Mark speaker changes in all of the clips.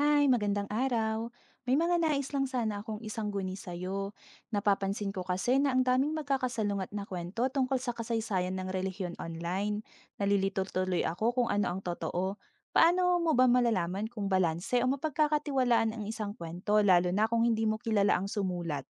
Speaker 1: Hi, magandang araw. May mga nais lang sana akong isang guni sa'yo. Napapansin ko kasi na ang daming magkakasalungat na kwento tungkol sa kasaysayan ng relihiyon online. Nalilito tuloy ako kung ano ang totoo. Paano mo ba malalaman kung balanse o mapagkakatiwalaan ang isang kwento, lalo na kung hindi mo kilala ang sumulat?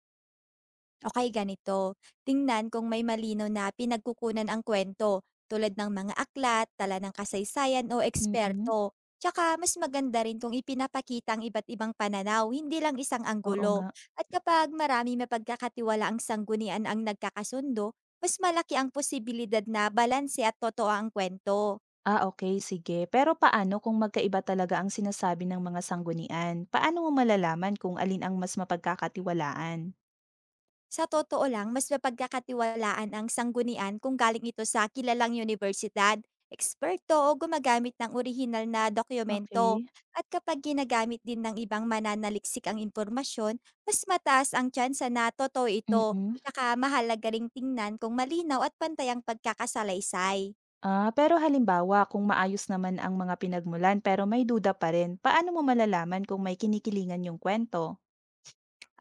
Speaker 2: Okay, ganito. Tingnan kung may malinaw na pinagkukunan ang kwento, tulad ng mga aklat, tala ng kasaysayan o
Speaker 1: Mm-mm.
Speaker 2: eksperto. Tsaka mas maganda rin kung ipinapakita ang iba't ibang pananaw, hindi lang isang
Speaker 1: Oo
Speaker 2: anggulo.
Speaker 1: nga.
Speaker 2: At kapag marami mapagkakatiwala ang sanggunian ang nagkakasundo, mas malaki ang posibilidad na balanse at totoo ang kwento.
Speaker 1: Ah, okay, sige. Pero paano kung magkaiba talaga ang sinasabi ng mga sanggunian? Paano mo malalaman kung alin ang mas mapagkakatiwalaan?
Speaker 2: Sa totoo lang, mas mapagkakatiwalaan ang sanggunian kung galing ito sa kilalang universidad, eksperto o gumagamit ng orihinal na dokumento.
Speaker 1: Okay.
Speaker 2: At kapag ginagamit din ng ibang mananaliksik ang impormasyon, mas mataas ang tsansa na totoo ito.
Speaker 1: Mm.
Speaker 2: Tsaka mahalaga ring tingnan kung malinaw at pantay ang pagkakasalaysay.
Speaker 1: Ah, pero halimbawa kung maayos naman ang mga pinagmulan pero may duda pa rin, paano mo malalaman kung may kinikilingan yung kwento?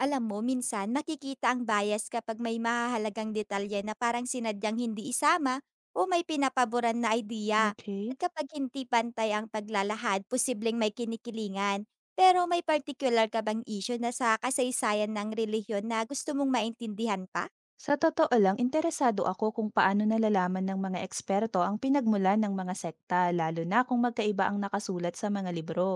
Speaker 2: Alam mo, minsan nakikita ang bias kapag may mahahalagang detalye na parang sinadyang hindi isama o may pinapaboran na idea.
Speaker 1: Okay.
Speaker 2: At kapag hindi pantay ang paglalahad, posibleng may kinikilingan. Pero may particular ka bang issue na sa kasaysayan ng relihiyon na gusto mong maintindihan pa?
Speaker 1: Sa totoo lang, interesado ako kung paano nalalaman ng mga eksperto ang pinagmulan ng mga sekta, lalo na kung magkaiba ang nakasulat sa mga libro.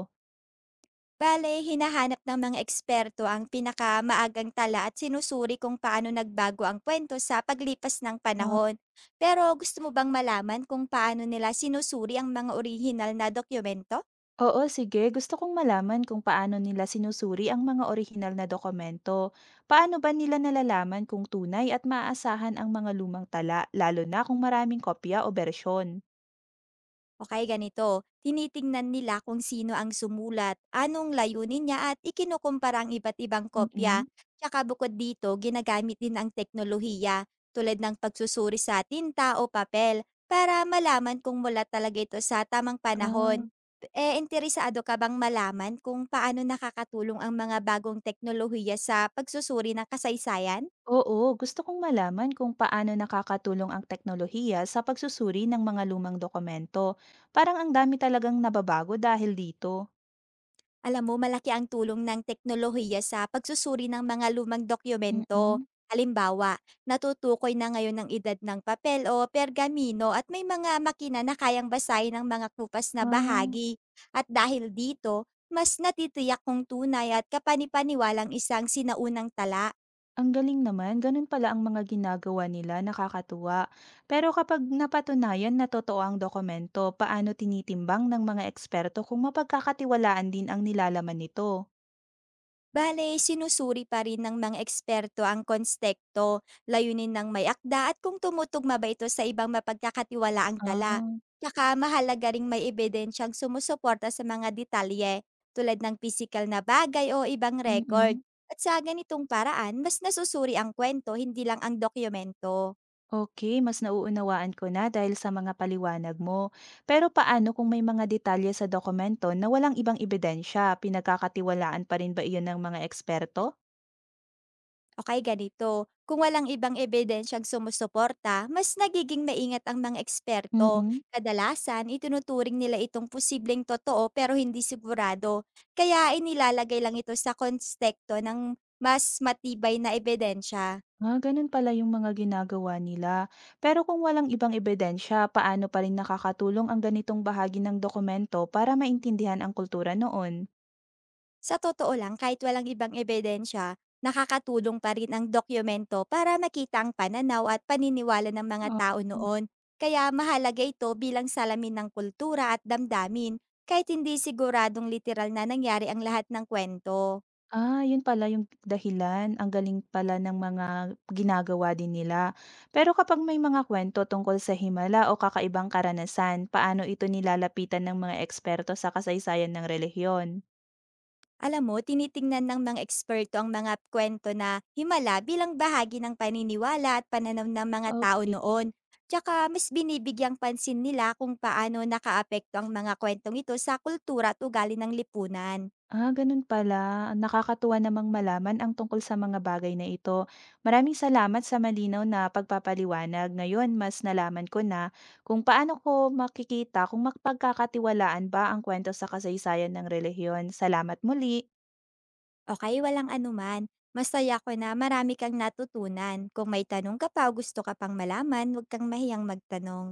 Speaker 2: Bale, hinahanap ng mga eksperto ang pinakamaagang tala at sinusuri kung paano nagbago ang kwento sa paglipas ng
Speaker 1: Ah,
Speaker 2: panahon. Pero gusto mo bang malaman kung paano nila sinusuri ang mga orihinal na dokumento?
Speaker 1: oo, sige, gusto kong malaman kung paano nila sinusuri ang mga orihinal na dokumento. Paano ba nila nalalaman kung tunay at maaasahan ang mga lumang tala, lalo na kung maraming kopya o bersyon?
Speaker 2: O ganito, tinitingnan nila kung sino ang sumulat, anong layunin niya at ikinukumpara ang iba't ibang kopya.
Speaker 1: Mm.
Speaker 2: Tsaka bukod dito, ginagamit din ang teknolohiya tulad ng pagsusuri sa tinta o papel para malaman kung mula talaga ito sa tamang
Speaker 1: Ah,
Speaker 2: panahon. Eh, interesado ka bang malaman kung paano nakakatulong ang mga bagong teknolohiya sa pagsusuri ng kasaysayan?
Speaker 1: oo, gusto kong malaman kung paano nakakatulong ang teknolohiya sa pagsusuri ng mga lumang dokumento. Parang ang dami talagang nababago dahil dito.
Speaker 2: Alam mo malaki ang tulong ng teknolohiya sa pagsusuri ng mga lumang dokumento.
Speaker 1: Mm.
Speaker 2: Halimbawa, natutukoy na ngayon ang edad ng papel o pergamino at may mga makina na kayang basahin ang mga kupas na
Speaker 1: Ah,
Speaker 2: bahagi. At dahil dito, mas natitiyak kung tunay at kapanipaniwalang isang sinaunang tala.
Speaker 1: ang galing naman. Ganun pala ang mga ginagawa nila, nakakatuwa. Pero kapag napatunayan na totoo ang dokumento, paano tinitimbang ng mga eksperto kung mapagkakatiwalaan din ang nilalaman nito?
Speaker 2: Bale, sinusuri pa rin ng mga eksperto ang konstekto, layunin ng may akda at kung tumutugma ba ito sa ibang mapagkakatiwalaang tala.
Speaker 1: Ah,
Speaker 2: Tsaka mahalaga ring may ebidensyang sumusuporta sa mga detalye tulad ng pisikal na bagay o ibang record.
Speaker 1: mm.
Speaker 2: At sa ganitong paraan, mas nasusuri ang kwento, hindi lang ang dokumento.
Speaker 1: Okay, mas nauunawaan ko na dahil sa mga paliwanag mo. Pero paano kung may mga detalye sa dokumento na walang ibang ebidensya? Pinagkakatiwalaan pa rin ba iyon ng mga eksperto?
Speaker 2: Okay, ganito. Kung walang ibang ebidensyang sumusuporta, mas nagiging maingat ang mga eksperto.
Speaker 1: Mm-mm.
Speaker 2: Kadalasan, itinuturing nila itong posibleng totoo pero hindi sigurado. Kaya inilalagay lang ito sa konstekto ng mas matibay na ebidensya.
Speaker 1: Ah, ganun pala yung mga ginagawa nila. Pero kung walang ibang ebidensya, paano pa rin nakakatulong ang ganitong bahagi ng dokumento para maintindihan ang kultura noon?
Speaker 2: Sa totoo lang, kahit walang ibang ebidensya, nakakatulong pa rin ang dokumento para makita ang pananaw at paniniwala ng mga
Speaker 1: Ah.
Speaker 2: tao noon. Kaya mahalaga ito bilang salamin ng kultura at damdamin, kahit hindi siguradong literal na nangyari ang lahat ng kwento.
Speaker 1: Ah, yun pala yung dahilan. Ang galing pala ng mga ginagawa din nila. Pero kapag may mga kwento tungkol sa himala o kakaibang karanasan, paano ito nilalapitan ng mga eksperto sa kasaysayan ng relihiyon?
Speaker 2: Alam mo, tinitingnan ng mga eksperto ang mga kwento na himala bilang bahagi ng paniniwala at pananaw ng mga tao
Speaker 1: Okay.
Speaker 2: noon. Tsaka mas binibigyang pansin nila kung paano nakaapekto ang mga kwentong ito sa kultura at ugali ng lipunan.
Speaker 1: Ah, ganun pala. Nakakatuwa namang malaman ang tungkol sa mga bagay na ito. Maraming salamat sa malinaw na pagpapaliwanag. Ngayon, mas nalaman ko na kung paano ko makikita kung magpagkakatiwalaan ba ang kwento sa kasaysayan ng relihiyon. Salamat muli.
Speaker 2: Okay, walang anuman. Masaya ko na marami kang natutunan. Kung may tanong ka pa o gusto ka pang malaman, huwag kang mahiyang magtanong.